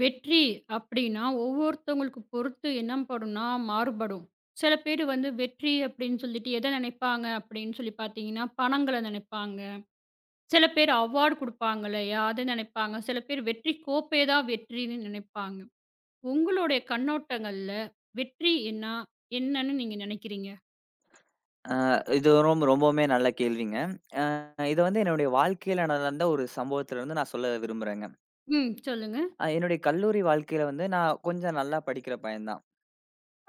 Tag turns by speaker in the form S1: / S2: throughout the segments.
S1: வெற்றி அப்படின்னா ஒவ்வொருத்தவங்களுக்கு பொறுத்து என்ன படும்னா மாறுபடும். சில பேர் வந்து வெற்றி அப்படின்னு சொல்லிட்டு எத நினைப்பாங்க அப்படின்னு சொல்லி பார்த்தீங்கன்னா, பணங்கள நினைப்பாங்க. சில பேர் அவார்ட் குடுப்பாங்க இல்லையா? அத நினைப்பாங்க. சில பேர் வெற்றி கோப்பை தான் வெற்றின்னு நினைப்பாங்க. உங்களுடைய கண்ணோட்டங்கள்ல வெற்றி என்னா? என்னன்னு நீங்க நினைக்கிறீங்க?
S2: அ இது ரொம்பவுமே நல்ல கேள்விங்க. அ இது வந்து என்னுடைய வாழ்க்கையில நடந்த ஒரு சம்பவத்திலிருந்து நான் சொல்ல விரும்புறேங்க.
S1: ம். சொல்லுங்க.
S2: என்னுடைய கல்லூரி வாழ்க்கையில வந்து நான் கொஞ்சம் நல்லா படிக்கிற பையன் தான்.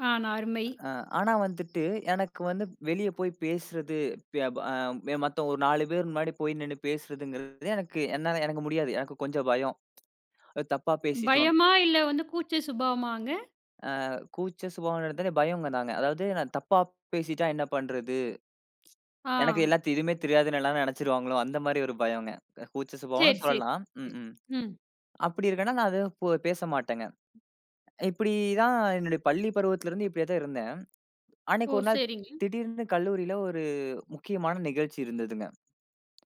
S1: ஆ, நான் அருமை.
S2: அ ஆனா வந்துட்டு எனக்கு வந்து வெளிய போய் பேசுறது, ப அ மத்த ஒரு 4 பேர் முன்னாடி போய் நின்னு பேசுறதுங்கிறது எனக்கு எனக்கு முடியாது. எனக்கு கொஞ்சம் பயம். அது தப்பா பேசிட்டோம்.
S1: பயமா இல்ல வந்து கூச்ச சுபாவமாங்க?
S2: கூச்ச சுபாவம் இருந்தாலே பயங்க தாங்க. அதாவது நான் தப்பா பேசிட்டா என்ன பண்றது?
S1: ஆ.
S2: எனக்கு எல்லாத்த எதுவுமே தெரியாதுன்னு எல்லாரும் நெனச்சுருவாங்களோ! அந்த மாரி ஒரு பயங்க. கூச்ச
S1: சரி,
S2: சுபாவம்னு
S1: சரி,
S2: சொல்லலாம்.
S1: சரி.
S2: ம். ம்.
S1: ம்.
S2: அப்படி இருக்கன்னா, நான் அத பேச மாட்டேங்க. இப்படி தான் என்னுடைய பள்ளி பருவத்திலருந்து இப்படியே தான் இருந்தேன்.
S1: ஓ,
S2: அன்னைக்கு ஒரு நாள்
S1: சரிங்க.
S2: திடீர்னு கல்லூரியில ஒரு முக்கியமான நிகழ்ச்சி இருந்ததுங்க.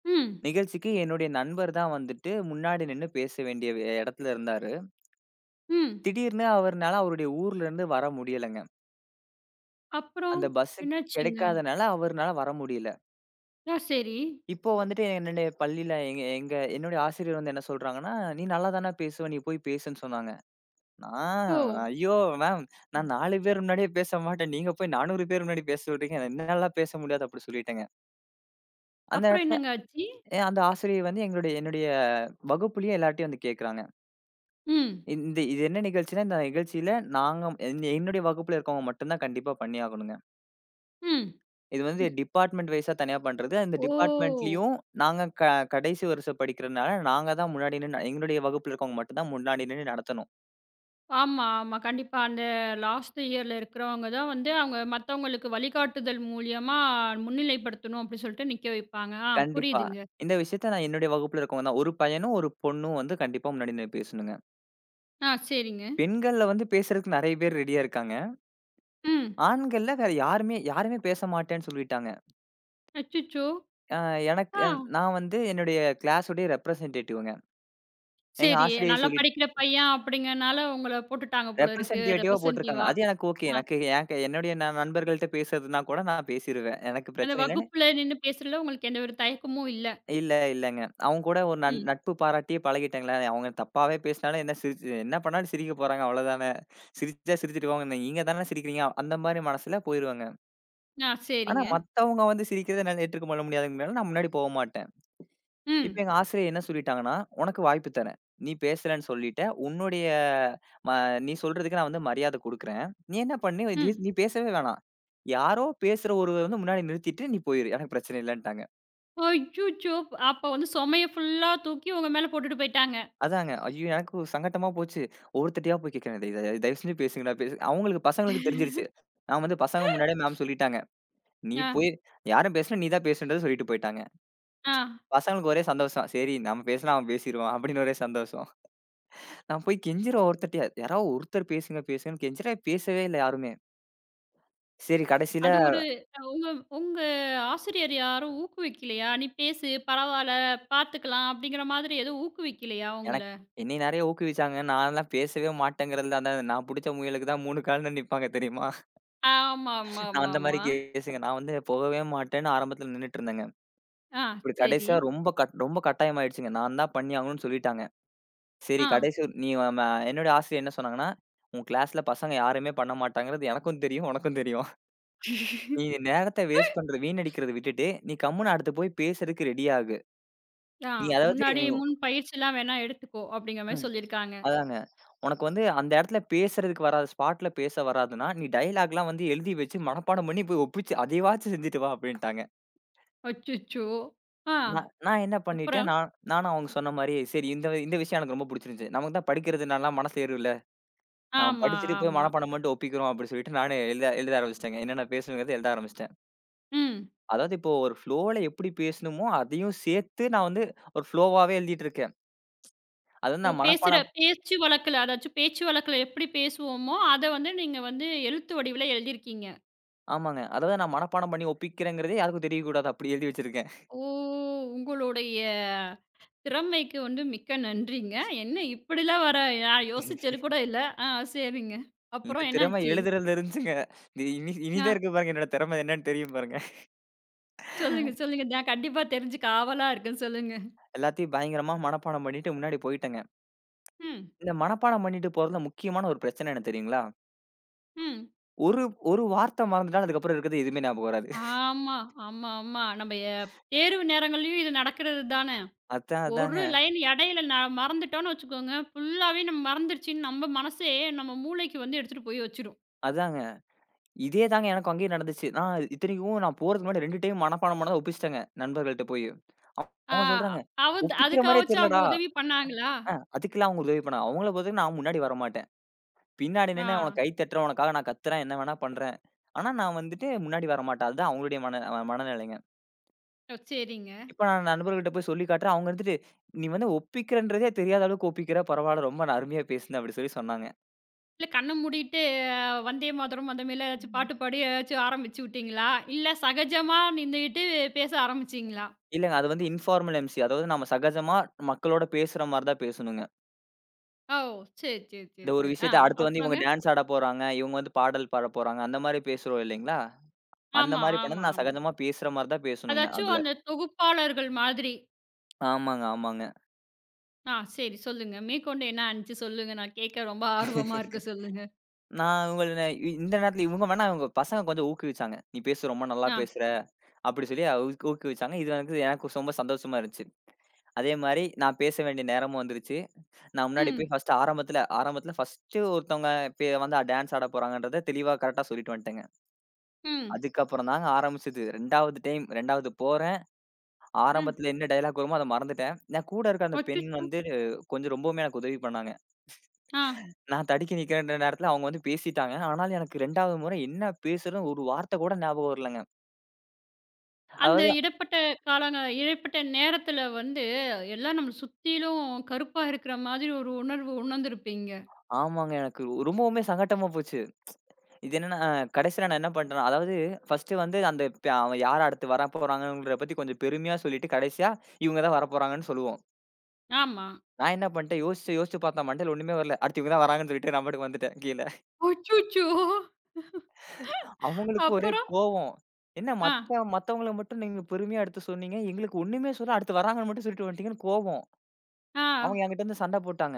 S1: ம்.
S2: நிகழ்ச்சிக்கு என்னுடைய நண்பர் தான் வந்துட்டு முன்னாடி நின்னு பேச வேண்டிய இடத்துல இருந்தாரு.
S1: ம்.
S2: திடீர்னு அவர்னால அவருடைய ஊர்லருந்து வர முடியலங்க.
S1: அப்புறம்
S2: அந்த பஸ்
S1: என்னாச்சுங்க?
S2: கிடைக்காதனால அவர்னால வர முடியல.
S1: ஆ, சரி.
S2: இப்போ வந்துட்டு என்னுடைய பள்ளியில எங்க எங்க என்னுடைய ஆசிரியர் வந்து என்ன சொல்றாங்கன்னா, "நீ நல்லா தான பேசுவ. நீ போய் பேசுன்னு" சொன்னாங்க. ஆ
S1: ஓ!
S2: ஐயோ! மேம், நான் 4 பேர் முன்னாடியே பேச மாட்டேன். நீங்க போய் 400 பேர் முன்னாடி பேச சொல்றீங்க. என்னாலலாம் பேச முடியாது அப்படி சொல்லிட்டேங்க. அந்த
S1: அப்புறம்
S2: இடத்துல
S1: என்னங்க ஆச்சு?
S2: அந்த ஆசிரியை வந்து என்னுடைய வகுப்புலயே எல்லார்ட்டயும் வந்து கேட்கறாங்க.
S1: ம்,
S2: இது என்ன நிகழ்ச்சின்னா, இந்த நிகழ்ச்சியில நாங்க என்னுடைய வகுப்புல இருக்கவங்க மட்டும் தான் கண்டிப்பா பண்ணியாகணுங்க.
S1: ம்.
S2: இது வந்து
S1: இ-
S2: டிபார்ட்மெண்ட் வைஸா தனியா பண்றது. அந்த
S1: ஓ!
S2: டிபார்ட்மெண்ட்லயும் நாங்க கடைசி வருஷம் படிக்கிறனால, நாங்க தான் முன்னாடி நின்னு எங்களுடைய வகுப்புல இருக்கவங்க மட்டும் தான் முன்னாடி நின்னு நடத்தணும்.
S1: ஆமா, ஆமா. கண்டிப்பா அந்த லாஸ்ட் இயர்ல இருக்கிறவங்க தான் வந்து அவங்க மத்தவங்களுக்கு வழிகாட்டுதல் மூலியமா முன்னிலைப்படுத்தணும் அப்டி சொல்லிட்டு நிக்க வைப்பாங்க. ஆ,
S2: கண்டிப்பா.
S1: புரியுதுங்க.
S2: இந்த விஷயத்த நான் என்னுடைய வகுப்புல இருக்கவங்க தான். ஒரு பையனும், ஒரு பொண்ணும் வந்து கண்டிப்பா முன்னாடி நின்னு பேசணுங்க.
S1: ஆ, சரிங்க.
S2: பெண்கள்ல வந்து பேசுறதுக்கு நெறைய பேர் ரெடியா இருக்காங்க.
S1: ம்.
S2: ஆண்கள்ல வேற யாருமே யாருமே பேச மாட்டேன்னு சொல்லிட்டாங்க.
S1: அச்சச்சோ!
S2: அ எனக்கு
S1: ஆ,
S2: நான் வந்து என்னுடைய கிளாஸோட ரெப்ரசன்டேட்டிவ்ங்க. எங்க
S1: சரி.
S2: ஆசிரியர்
S1: நல்லா
S2: சொல்லி
S1: படிக்கிற பையன் அப்படிங்கனால உங்கள போட்டுட்டாங்க போல இருக்கு
S2: ரெப்ரசன்டேட்டிவா போட்டுருக்காங்க.
S1: ரெப்ரசன்டிவா.
S2: அது எனக்கு ஓகே.
S1: ஆ,
S2: எனக்கு என்னுடைய நண்பர்கள்ட்ட பேசுறதுன்னா கூட நான் பேசிருவேன். எனக்கு
S1: அந்த
S2: பிரச்சனை இல்ல.
S1: வகுப்புல நின்னு பேசுறதுல உங்களுக்கு எந்த ஒரு தயக்கமும் இல்ல.
S2: இல்ல, இல்லங்க. அவங்க கூட ஒரு
S1: ம்.
S2: நட்பு பாராட்டியே பழகிட்டேங்களே. அவங்க தப்பாவே பேசினாலும் என்ன சிரிச்சு என்ன பண்ணாலும் சிரிக்க போறாங்க அவ்வளோதானே. சிரிச்சா சிரிச்சுட்டு போவாங்க. நீங்க தானே சிரிக்கிறீங்க. அந்த மாரி மனசுல போயிருவேங்க.
S1: ஆ,
S2: ஆனா
S1: சரிங்க.
S2: மத்தவங்க வந்து சிரிக்கிறத என்னால ஏற்றுக்க பண்ண முடியாதுங்கிறனால நான் முன்னாடி போக மாட்டேன். இப்ப
S1: ம்,
S2: எங்க ஆசிரியர் என்ன சொல்லிட்டாங்கன்னா, "உனக்கு வாய்ப்பு தரேன். நீ பேசலன்னு சொல்லிட்ட. உன்னுடைய ம நீ சொல்றதுக்கு நான் வந்து மரியாதை குடுக்குறேன். நீ என்ன பண்ணு
S1: ம்.
S2: நீ பேசவே வேணாம். யாரோ பேசுற ஒருவர் வந்து முன்னாடி நிறுத்திட்டு நீ போயிரு. எனக்கு பிரச்சனை இல்லன்ட்டாங்க."
S1: அய்யய்யோ! அப்ப வந்து சுமைய ஃபுல்லா தூக்கி உங்க மேல போட்டுட்டு போயிட்டாங்க.
S2: அதாங்க. ஐயோ! எனக்கு சங்கட்டமா போச்சு. ஒருத்தட்டயா போய் கேட்கிறேன். "இத இத தயவு செஞ்சு பேசுங்கடா, பேசு" அவங்களுக்கு பசங்களுக்கு தெரிஞ்சிருச்சு. நான் வந்து பசங்க முன்னாடியே மேம் சொல்லிட்டாங்க. "நீ
S1: ஆ,
S2: போய் யாரும் பேசல, நீ தான் பேசணுன்றத" சொல்லிட்டு போயிட்டாங்க.
S1: ஆ.
S2: பசங்களுக்கு ஒரே சந்தோஷம். "சரி நம்ம பேசினா அவன் பேசிருவான்" அப்படின்னு ஒரே சந்தோஷம். நான் போய் கெஞ்சுறேன் ஒருத்தட்டயா, "யாராவது ஒருத்தர் பேசுங்க, பேசுங்கன்னு" கெஞ்சுறேன். பேசவே இல்ல யாருமே. சரி கடைசியில
S1: அது ஒரு உங்க உங்க ஆசிரியர் யாரும் ஊக்குவிக்கலையா? "நீ பேசு, பரவால்ல, பார்த்துக்கலாம்." அப்படிங்கிற மாதிரி எதுவும் ஊக்குவிக்கலையா உங்கள?
S2: எனக்கு என்னைய நெறைய ஊக்குவிச்சாங்க. நான்லாம் பேசவே மாட்டேங்கிறதுல அந்த நான் புடிச்ச முயலுக்கு தான் 3 கால்ல நிப்பாங்க தெரியுமா? நான் அந்த மாரி
S1: ஆமாமாமாமா.
S2: கேஸுங்க. நான் வந்து போகவே மாட்டேன்னு ஆரம்பத்துல நின்னுட்டு இருந்தேங்க.
S1: ஆ,
S2: இப்படி
S1: சரி.
S2: கடைசியா ரொம்ப கட்டாயமாயிடுச்சுங்க. நான் தான் பண்ணி ஆகணும்னு சொல்லிட்டாங்க. சரி
S1: ஆ,
S2: கடைசி ஒரு- நீ ம என்னுடைய ஆசிரியர் என்ன சொன்னாங்கன்னா, "உன் கிளாஸ்ல பசங்க யாருமே பண்ண மாட்டாங்கிறது எனக்கும் தெரியும், உனக்கும் தெரியும். நீ நேரத்த வேஸ்ட் பண்றது வீணடிக்கிறத விட்டுட்டு, நீ கம்முனு அடுத்து போய் பேசுறதுக்கு ரெடி ஆகு.
S1: ஆ.
S2: நீ அதாவது
S1: "முன்னாடி
S2: நீ உ-
S1: முன் பயிற்சிலாம் வேணா எடுத்துக்கோ." அப்படிங்கிற மாரி
S2: ம்.
S1: சொல்லியிருக்காங்க.
S2: அதாங்க. உனக்கு வந்து அந்த இடத்துல பேசுறதுக்கு வராது, ஸ்பாட்ல பேச வராதுன்னா, நீ டயலாக்லாம் வந்து எழுதி வச்சு மனப்பாடம் பண்ணி போய் ஒப்பிச்சு அதைவாச்சும் செஞ்சுட்டு வா" அப்படின்ட்டாங்க.
S1: அச்சச்சோ! ஆ,
S2: நான் நான் என்ன பண்ணிட்டேன்,
S1: அப்புறம்?
S2: நானும் அவங்க சொன்ன மாரி, சரி இந்த இந்த விஷயம் எனக்கு ரொம்ப புடிச்சிருந்துச்சு. நமக்கு தான் படிக்கிறதுனாலாம் மனசு ஏறும்ல. நாம
S1: ஆமா,
S2: படிச்சுட்டு போய்
S1: ஆமா.
S2: மனப்பாடம் பண்ணிட்டு ஒப்பிக்கிறோம் அப்படின்னு சொல்லிட்டு நானே எழுத எழுத ஆரம்பிச்சுட்டேங்க. என்னென்ன பேசணுங்கிறத எழுத ஆரம்பிச்சுட்டேன்.
S1: ம்.
S2: அதாவது இப்போ ஒரு ஃப்ளோல எப்படி பேசணுமோ, அதையும் சேர்த்து நான் வந்து ஒரு ஃப்ளோவாவே எழுதிட்டு இருக்கேன். அதாவது
S1: ஓ,
S2: நான்
S1: பேசுற
S2: மனப்பாடம்
S1: பேச்சு வழக்குல, அதாச்சும் பேச்சு வழக்குல எப்படி பேசுவோமோ, அத வந்து நீங்க வந்து எழுத்து வடிவில எழுதியிருக்கீங்க.
S2: ஆமாங்க. அதாவது நான் மனப்பாடம் பண்ணி ஒப்பிக்கிறேங்கிறதே யாருக்கும் தெரியக்கூடாது. அப்படி எழுதி வச்சிருக்கேன்.
S1: ஓ! உங்களுடைய திறமைக்கு வந்து மிக்க நன்றிங்க. என்ன இப்படிலாம் வர நான் யோசிச்சது கூட இல்ல. ஆ, சரிங்க.
S2: இந்த
S1: அப்புறம்
S2: திறமை
S1: என்னாச்சு?
S2: எழுதுறதுல இருந்துச்சுங்க. இது இனி இனி
S1: ஆ,
S2: தான் இருக்கு பாருங்க. என்னோட திறமை என்னன்னு தெரியும் பாருங்க.
S1: சொல்லுங்க, சொல்லுங்க. நான் கண்டிப்பா தெரிஞ்சுக்க ஆவலா இருக்கேன். சொல்லுங்க.
S2: எல்லாத்தையும் பயங்கரமா மனப்பாடம் பண்ணிட்டு முன்னாடி போயிட்டேங்க.
S1: ம்,
S2: இந்த மனப்பாடம் பண்ணிட்டு போறதுல முக்கியமான ஒரு பிரச்சனை என்ன தெரியுங்களா?
S1: ம்.
S2: ஒரு ஒரு வார்த்தை மறந்துட்டா அதுக்கப்புறம் இருக்கிறது எதுவுமே ஞாபகம் வராது.
S1: ஆமா, ஆமா, ஆமா. நம்ம எ தேர்வு நேரங்கள்லயும் இது நடக்கிறது தான. ஒரு
S2: அதாங்க.
S1: லைன் இடையில நான் மறந்துட்டோம்னு வச்சுக்கோங்க, ஃபுல்லாவே நம்ம மறந்துருச்சுன்னு நம்ம மனசே நம்ம மூளைக்கு வந்து எடுத்துட்டு போய் வச்சுரும்.
S2: அதாங்க. இதே தாங்க எனக்கும் அங்கேயும் நடந்துச்சு. நான் இத்தனைக்கும் நான் போறதுக்கு முன்னாடி 2 டைம் மனப்பாடம் பண்ணத ஒப்பிச்சுட்டேங்க, நண்பர்கள்ட்ட போயி.
S1: ஆ,
S2: அவங்க சொல்றாங்க, "ஒப்பிக்கிற மாரியே
S1: அதுக்காகவாச்சும் அவங்க
S2: தெரியலடா."
S1: உதவி பண்ணாங்களா?
S2: அதுக்கெல்லாம் அவங்க உதவி பண்ணாங்க. அவங்கள பொறுத்தவரைக்கும் நான் முன்னாடி வரமாட்டேன். பின்னாடி
S1: ஆ,
S2: நின்னு அவன கை தட்டுறேன், உனக்காக நான் கத்துறேன், என்ன வேணா பண்றேன். ஆனா நான் வந்துட்டு முன்னாடி வரமாட்டேன். அதுதான் அவங்களுடைய மன அ மனநிலைங்க.
S1: ஓ, சரிங்க.
S2: இப்ப நான் நண்பர்கள்ட்ட போய் சொல்லி காட்டுறேன். அவங்க இருந்துட்டு, "நீ வந்து ஒப்பிக்கிறன்றதே தெரியாத அளவுக்கு ஒப்பிக்கிற, பரவால்ல ரொம்ப அருமையா பேசுன." அப்படி சொல்லி சொன்னாங்க.
S1: இல்ல, கண்ண மூடிட்டு "வந்தே மாதரம்" அந்த மாரிலாம் ஏதாச்சும் பாட்டு பாடி ஏதாச்சும் ஆரம்பிச்சு விட்டீங்களா? இல்ல சகஜமா நின்னுகிட்டு பேச ஆரம்பிச்சீங்களா?
S2: இல்லங்க அது வந்து இன்ஃபார்மல் எம்சி. அதாவது நம்ம சகஜமா மக்களோட பேசுற மாரி தான் பேசணுங்க.
S1: ஓ! சரி, சரி, சரி,
S2: இந்த ஒரு
S1: சரி. ஆ,
S2: விஷயத்த அடுத்து வந்து
S1: அப்புறங்க?
S2: இவங்க டான்ஸ் ஆட போறாங்க. இவங்க வந்து பாடல் பாட போறாங்க. அந்த மாரி பேசுறோம் இல்லைங்களா? அந்த
S1: ஆமா,
S2: மாரி
S1: ஆமா,
S2: பண்ணது நான்
S1: ஆமா.
S2: சகஜமா பேசுற மாரி தான் பேசணுங்க
S1: அதாச்சும்
S2: அதுல.
S1: அந்த தொகுப்பாளர்கள் மாதிரி.
S2: ஆமாங்க, ஆமாங்க.
S1: ஆ, சரி, சொல்லுங்க. மேற்கொண்டு என்ன ஆனுச்சு சொல்லுங்க? நான் கேட்க ரொம்ப ஆர்வமா இருக்கு. சொல்லுங்க.
S2: நான் இவங்கள இந்த நேரத்துல இவங்க பசங்க கொஞ்சம் ஊக்குவிச்சாங்க. "நீ பேசு ரொம்ப நல்லா
S1: ஆ.
S2: பேசுற." அப்படி சொல்லி ஊக்குவிச்சாங்க. இது எனக்கு எனக்கு ரொம்ப சந்தோஷமா இருந்துச்சு. அதே மாரி நான் பேச வேண்டிய நேரமும் வந்துருச்சு. நான் முன்னாடி
S1: ம்.
S2: போய் ஃபர்ஸ்ட் ஆரம்பத்துல ஆரம்பத்துல ஃபர்ஸ்ட்டு ஒருத்தவங்க வந்து டான்ஸ் ஆட போறாங்கன்றத தெளிவா கரெக்ட்டா சொல்லிட்டு வந்துட்டேங்க.
S1: ம்.
S2: அதுக்கப்புறம் தாங்க ஆரம்பிச்சது. 2வது போற
S1: ம்.
S2: ஆரம்பத்துல என்ன டயலாக் வருமோ அத மறந்துட்டேன். நான் கூட இருக்க அந்த பெண்
S1: அச்சச்சோ!
S2: வந்து ரொம்பவுமே எனக்கு உதவி பண்ணாங்க.
S1: ஆ.
S2: நான் தடுக்கி நிக்கிறேன்ற நேரத்துல அவங்க வந்து பேசிட்டாங்க. ஆனாலும் எனக்கு 2வது முறை என்ன பேசுறதுன்னு ஒரு வார்த்தை கூட ஞாபகம் வரலங்க.
S1: அந்த
S2: அதாவது
S1: இடைப்பட்ட இடைப்பட்ட நேரத்தில வந்து எல்லாம் நம்மள சுத்திலும் கருப்பா இருக்கிற மாதிரி ஒரு உணர்வு உணர்ந்திருப்பீங்க.
S2: ஆமாங்க எனக்கு ரொம்பவுமே சங்கட்டமா போச்சு. இது என்னன்னா கடைசியில நான் என்ன பண்ட்டேன்னா, அதாவது ஃபர்ஸ்ட்டு வந்து அந்த ப அவன் யார் அடுத்து வரப்போறாங்கன்றத பத்தி கொஞ்சம் பெருமையா சொல்லிட்டு கடைசியா இவங்க தான் வரப்போறாங்கன்னு சொல்லுவோம்.
S1: ஆமா.
S2: நான் என்ன பண்ட்டேன் யோசிச்சு யோசிச்சு பார்த்தா மண்டையில ஒண்ணுமே வரல. அடுத்து இவங்க தான் வராங்கன்னு சொல்லிட்டு நான் பாட்டுக்கு வந்துட்டேன் கீழ.
S1: அச்சச்சோ!
S2: அவங்களுக்கு ஒரே
S1: அப்புறம்?
S2: கோவம். என்ன
S1: ஆ.
S2: மத்தவங்கள மட்டும் நீங்க பெருமையா எடுத்து சொன்னீங்க. எங்களுக்கு ஒண்ணுமே சொல்லல. அடுத்து வராங்கன்னு மட்டும் சொல்லிட்டு வந்துட்டீங்கன்னு கோவம்.
S1: ஆ.
S2: அவங்க என்கிட்ட வந்து சண்டை போட்டாங்க.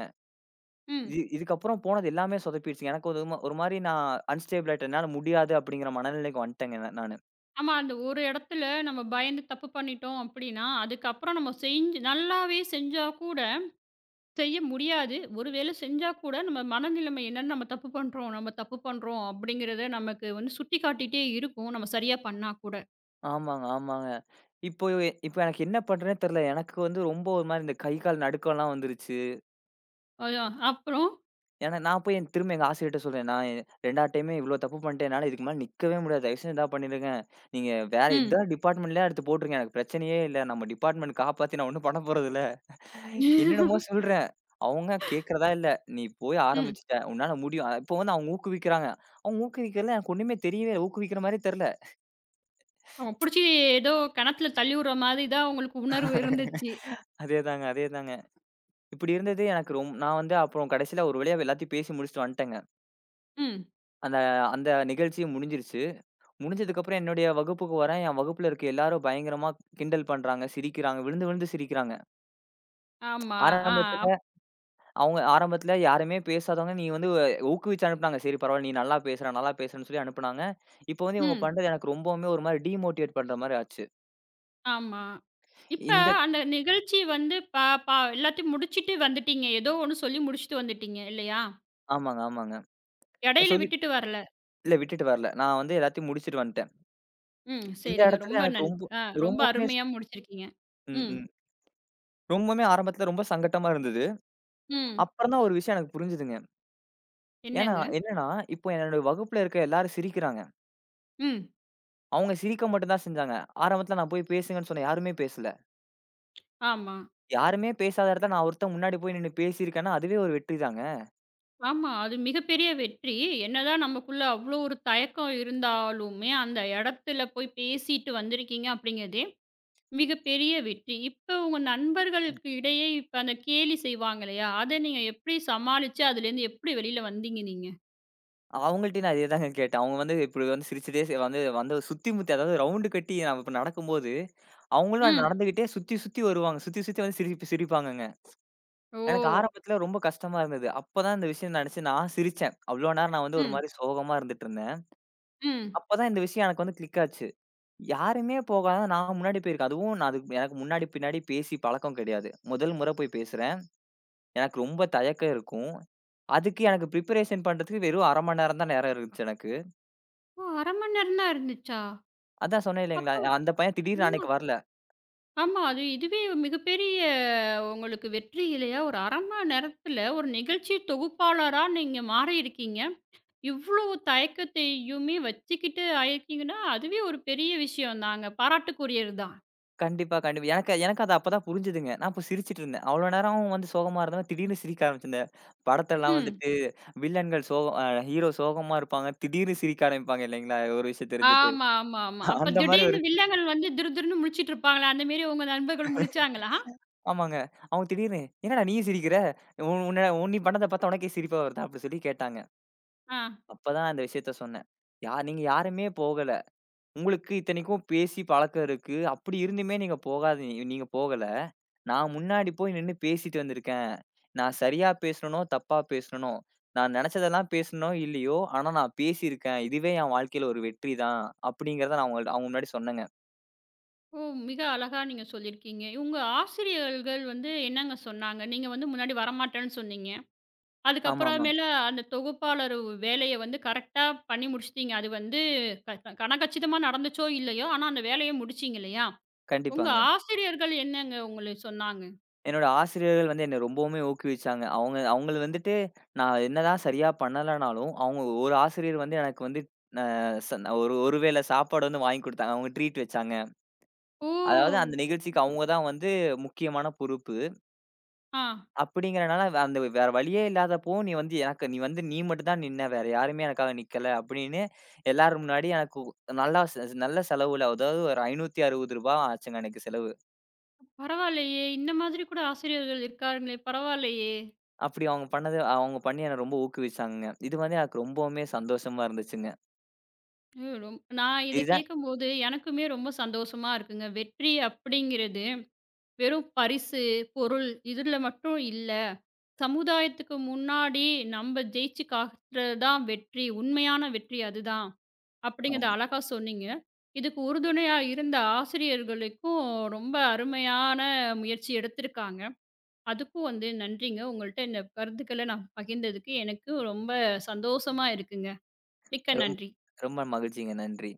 S1: ம்.
S2: இதுக்கப்புறம் போனது எல்லாமே சொதப்பிடுச்சு. எனக்கு ஒரு மாரி நான் அன்ஸ்டேபிள் ஆயிட்டேன். என்னால முடியாது அப்படிங்கிற மனநிலைக்கு வந்துட்டேங்க நானு.
S1: ஆமா. அந்த ஒரு இடத்துல நம்ம பயந்து தப்பு பண்ணிட்டோம் அப்படின்னா, அதுக்கப்புறம் நம்ம செஞ்சு நல்லாவே செஞ்சா கூட செய்ய முடியாது. ஒரு வேளை செஞ்சா கூட நம்ம மனநிலைமை என்னன்னு நம்ம தப்பு பண்றோம் நம்ம தப்பு பண்றோம் அப்படிங்கிறத நமக்கு வந்து சுட்டிக்காட்டிட்டே இருக்கும். நம்ம சரியா பண்ணா கூட.
S2: ஆமாங்க, ஆமாங்க. இப்போ இப்ப எனக்கு என்ன பண்றதுன்னே தெரியல. எனக்கு வந்து ரொம்ப ஒரு மாரி இந்த கை, கால் நடுக்கம்லாம் வந்துருச்சு.
S1: அதான். அப்புறம்?
S2: ஏன்னா நான் போய் திரும்ப எங்க ஆசிரியர்ட்ட சொல்றேன். நான் 2வது டைமே இவ்ளோ தப்பு பண்ணிட்டேன். என்னால இதுக்கு மேல நிக்கவே முடியாது. தயவு செஞ்சு இதா பண்ணிடுங்க. நீங்க வேற
S1: ம்.
S2: இதான் டிபார்ட்மெண்ட்லயா எடுத்து போட்டுருங்க. எனக்கு பிரச்சனையே இல்ல. நம்ம டிபார்ட்மெண்ட் காப்பாத்தி நான் ஒண்ணும் பண்ண போறதில்ல. என்னென்னமோ சொல்றேன். அவங்க கேட்கிறதா இல்ல. நீ போய்
S1: ம்.
S2: ஆரம்பிச்சுட்ட. உன்னால முடியும். இப்போ வந்து அவங்க ஊக்குவிக்கிறாங்க. அவங்க ஊக்குவிக்கிறதுல எனக்கு ஒண்ணுமே தெரியவே இல்ல. ஊக்குவிக்கிற மாரி தெரியல.
S1: அவங்க புடிச்சு ஏதோ கிணத்துல தள்ளிவுடுற மாதிரி தான் உங்களுக்கு உணர்வு இருந்துச்சு.
S2: அதேதாங்க, அதேதாங்க. இப்படி இருந்தது எனக்கு நான் வந்து அப்புறம் கடைசியில ஒரு வழியா எல்லாத்தையும் பேசி முடிச்சுட்டு வந்துட்டேங்க.
S1: ம்.
S2: அந்த அந்த நிகழ்ச்சி முடிஞ்சிருச்சு. முடிஞ்சதுக்கப்புறம் என்னுடைய வகுப்புக்கு வரேன். என் வகுப்புல இருக்க எல்லாரும் பயங்கரமா கிண்டல் பண்றாங்க, சிரிக்கிறாங்க. விழுந்து விழுந்து சிரிக்கிறாங்க.
S1: ஆமா. ஆ. அப்
S2: ஆரம்பத்துல ஆரம்பத்துல யாருமே பேசாதவங்க, நீ வந்து ஊக்குவிச்சு அனுப்புனாங்க. சரி பரவால்ல நீ நல்லா பேசுற, நல்லா பேசுறன்னு சொல்லி அனுப்புனாங்க. இப்போ வந்து இவங்க
S1: ம்.
S2: பண்றது எனக்கு ரொம்பவுமே ஒரு மாரி டிமோட்டிவேட் பண்ற மாரி ஆச்சு.
S1: ஆமா. இப்ப
S2: இந்த
S1: அந்த நிகழ்ச்சி வந்து ப ப எல்லாத்தையும் முடிச்சுட்டு வந்துட்டீங்க. ஏதோ ஒண்ணு சொல்லி முடிச்சுட்டு வந்துட்டீங்க இல்லையா?
S2: ஆமாங்க, ஆமாங்க.
S1: இடையில
S2: சொல்லி
S1: விட்டுட்டு வரல.
S2: இல்ல விட்டுட்டு வரல. நான் வந்து எல்லாத்தையும் முடிச்சுட்டு வந்துட்டேன்.
S1: ம்.
S2: இந்த
S1: சரிங்க.
S2: இடத்துல
S1: ரொம்ப
S2: எனக்கு
S1: நன் ஆ, ரொம்ப
S2: ரொம்பவுமே
S1: அருமையா முடிச்சிருக்கீங்க.
S2: ம்,
S1: ம்.
S2: ம். ரொம்பவுமே ஆரம்பத்துல ரொம்ப சங்கட்டமா இருந்தது.
S1: ம்.
S2: அப்புறம் தான் ஒரு விஷயம் எனக்கு புரிஞ்சுதுங்க. ஏன்னா
S1: என்னங்க?
S2: என்னன்னா, இப்போ என்னோட வகுப்புல இருக்க எல்லாரும் சிரிக்கிறாங்க.
S1: ம்.
S2: அவங்க சிரிக்க மட்டும் தான் செஞ்சாங்க. ஆரம்பத்துல நான் போய் பேசுங்கன்னு சொன்னேன். யாருமே பேசல.
S1: ஆமா.
S2: யாருமே பேசாத இடத்துல நான் ஒருத்தன் முன்னாடி போய் நின்னு பேசியிருக்கேன்னா, அதுவே ஒரு வெற்றி தாங்க.
S1: ஆமா. அது மிகப்பெரிய வெற்றி. என்னதான் நமக்குள்ள அவ்ளோ ஒரு தயக்கம் இருந்தாலுமே, அந்த இடத்துல போய் பேசிட்டு வந்திருக்கீங்க அப்படிங்கிறதே மிகப்பெரிய வெற்றி. இப்ப உங்க நண்பர்களுக்கு இடையே இப்ப அந்த கேலி செய்வாங்க இல்லையா? அத நீங்க எப்படி சமாளிச்சு அதுலேருந்து எப்படி வெளியில வந்தீங்க நீங்க?
S2: அவங்கள்ட்டயும் நான் இதே தாங்க கேட்டேன். அவங்க வந்து இப்படி வந்து சிரிச்சுட்டே சே வந்து வந்து சுத்தி முத்தி அதாவது ரவுண்டு கட்டி நான் இப்ப நடக்கும்போது, அவங்களும்
S1: ம்.
S2: நடந்துகிட்டே சுத்தி சுத்தி வருவாங்க. சுத்தி சுத்தி வந்து சிரிப்பாங்கங்க.
S1: ஓ!
S2: எனக்கு ஆரம்பத்துல ரொம்ப கஷ்டமா இருந்தது. அப்பதான் இந்த விஷயம் நினைச்சு நான் சிரிச்சேன். அவ்வளோ நேரம் நான் வந்து ஒரு
S1: ம்,
S2: மாரி சோகமா இருந்துட்டு இருந்தேன்.
S1: ம்.
S2: அப்பதான் இந்த விஷயம் எனக்கு வந்து கிளிக் ஆச்சு. யாருமே போகாத நான் முன்னாடி போயிருக்கேன். அதுவும் அதுக்கு எனக்கு முன்னாடி, பின்னாடி பேசி பழக்கம் கிடையாது. முதல் முறை போய் பேசுறேன். எனக்கு ரொம்ப தயக்கம் இருக்கும். அதுக்கு எனக்கு பிரிப்பரேஷன் பண்றதுக்கு வெறும் 1/2 மணி நேரம் தான் நேரம் இருந்துச்சு எனக்கு.
S1: ஓ, 1/2 மணி நேரம் தான் இருந்துச்சா?
S2: அதான் சொன்னேன் இல்லைங்களா,
S1: அப்போ
S2: அந்த பையன் திடீர்னு
S1: ஆமா,
S2: அன்னைக்கு வரல.
S1: ஆமா. அது இதுவே மிகப்பெரிய உங்களுக்கு வெற்றி இல்லையா? ஒரு 1/2 மணி நேரத்துல ஒரு நிகழ்ச்சி தொகுப்பாளரா நீங்க மாறியிருக்கீங்க. இவ்ளோ தயக்கத்தையுமே வச்சுக்கிட்டு ஆயிருக்கீங்கன்னா, அதுவே ஒரு பெரிய விஷயம்தாங்க. பாராட்டுக்குரியது தான்.
S2: கண்டிப்பா, கண்டிப்பா. எனக்கு எனக்கு அது அப்பதான் புரிஞ்சுதுங்க. நான் அப்ப சிரிச்சுட்டு இருந்தேன். அவ்வளோ நேரம் அவன் வந்து சோகமா இருந்தவன் திடீர்னு சிரிக்க ஆரம்பிச்சு. இந்த படத்தெல்லாம்
S1: ம்.
S2: வந்துட்டு வில்லன்கள் சோகம் அ ஹீரோ சோகமா இருப்பாங்க. திடீர்னு சிரிக்க ஆரம்பிப்பாங்க இல்லைங்களா, ஒரு விஷயம் தெரிஞ்சுட்டு.
S1: ஆமா, ஆமா, ஆமா. அப்ப
S2: அந்த மாரி
S1: திடீர்னு
S2: ஒரு
S1: வில்லங்கள் வந்து திருதிருன்னு முழிச்சுட்டு இருப்பாங்களே, அந்த மாரி உங்க நண்பர்கள் முழிச்சாங்களா?
S2: ஆமாங்க. அவங்க திடீர்னு, "என்னடா நீயும் சிரிக்கிற? உன் உன்ன உன் நீ பண்ணத பார்த்தா உனக்கே சிரிப்பா வருதா?" அப்படி சொல்லி கேட்டாங்க.
S1: ஆ.
S2: அப்பதான் அந்த விஷயத்த சொன்னேன். நீங்க யாருமே போகல. உங்களுக்கு இத்தனைக்கும் பேசி பழக்கம் இருக்கு. அப்படி இருந்துமே நீங்க போகல. நான் முன்னாடி போய் நின்னு பேசிட்டு வந்திருக்கேன். நான் சரியா பேசனனோ, தப்பா பேசனனோ, நான் நெனச்சதெல்லாம் பேசனனோ இல்லையோ, ஆனா நான் பேசியிருக்கேன். இதுவே என் வாழ்க்கையில ஒரு வெற்றி தான். அப்படிங்கிறத நான் அவங்க அவங்க முன்னாடி சொன்னேங்க.
S1: ஓ! மிக அழகா நீங்க சொல்லியிருக்கீங்க. உங்க ஆசிரியர்கள் வந்து என்னங்க சொன்னாங்க? நீங்க வந்து முன்னாடி வரமாட்டேன்னு சொன்னீங்க.
S2: ஆமாமா.
S1: அதுக்கப்புறமேல அந்த தொகுப்பாளர் வேலைய வந்து கரெக்ட்டா பண்ணி முடிச்சுட்டீங்க. அது வந்து கனகச்சிதமா நடந்துச்சோ, இல்லையோ, ஆனா அந்த வேலைய முடிச்சீங்க இல்லையா? உங்க
S2: கண்டிப்பாங்க.
S1: ஆசிரியர்கள் என்னங்க உங்கள சொன்னாங்க?
S2: என்னோட ஆசிரியர்கள் வந்து என்ன ரொம்பவுமே ஊக்குவிச்சாங்க. அவங்கள வந்துட்டு நான் என்னதான் சரியா பண்ணலனாலும், அவங்க ஒரு ஆசிரியர் வந்து எனக்கு வந்து அ ச ஒரு ஒரு வேள சாப்பாடு வந்து வாங்கி குடுத்தாங்க. அவங்க ட்ரீட் வச்சாங்க.
S1: ஓ!
S2: அதாவது அந்த நிகழ்ச்சிக்கு அவங்க தான் வந்து முக்கியமான பொறுப்பு.
S1: ஆ,
S2: அப்படிங்கிறனால அந்த வேற வழியே இல்லாதப்போ, நீ வந்து நீ மட்டும் தான் நின்ன. வேற யாருமே எனக்காக நிக்கல." அப்படின்னு எல்லாரும் முன்னாடி எனக்கு நல்ல செலவுல அதாவது ஒரு ரூ. 560 ஆச்சுங்க அன்னைக்கு செலவு.
S1: பரவாயில்லையே! இந்த மாதிரி கூட ஆசிரியர்கள் இருக்காங்களே! பரவாயில்லையே!
S2: அப்படி அவங்க பண்ணி என்ன ரொம்ப ஊக்குவிச்சாங்கங்க. இது வந்து எனக்கு ரொம்பவுமே சந்தோஷமா இருந்துச்சுங்க.
S1: ம் ரொம் நான் இத
S2: இதுதான்
S1: கேட்கும்போது எனக்குமே ரொம்ப சந்தோஷமா இருக்குங்க. வெற்றி அப்படிங்கிறது வெறும் பரிசு, பொருள் இதுல மட்டும் இல்ல. சமுதாயத்துக்கு முன்னாடி நம்ம ஜெயிச்சு காட்டுறது தான் வெற்றி. உண்மையான வெற்றி அதுதான். அப்படிங்கிறத
S2: ஆமா.
S1: அழகா சொன்னீங்க. இதுக்கு உறுதுணையா இருந்த ஆசிரியர்களுக்கும் ரொம்ப அருமையான முயற்சி எடுத்திருக்காங்க. அதுக்கும் வந்து நன்றிங்க. உங்கள்ட்ட இந்த கருத்துக்கள நான் பகிர்ந்ததுக்கு எனக்கு ரொம்ப சந்தோஷமா இருக்குங்க. மிக்க
S2: ரொம்
S1: நன்றி.
S2: ரொம்ப மகிழ்ச்சிங்க. நன்றி.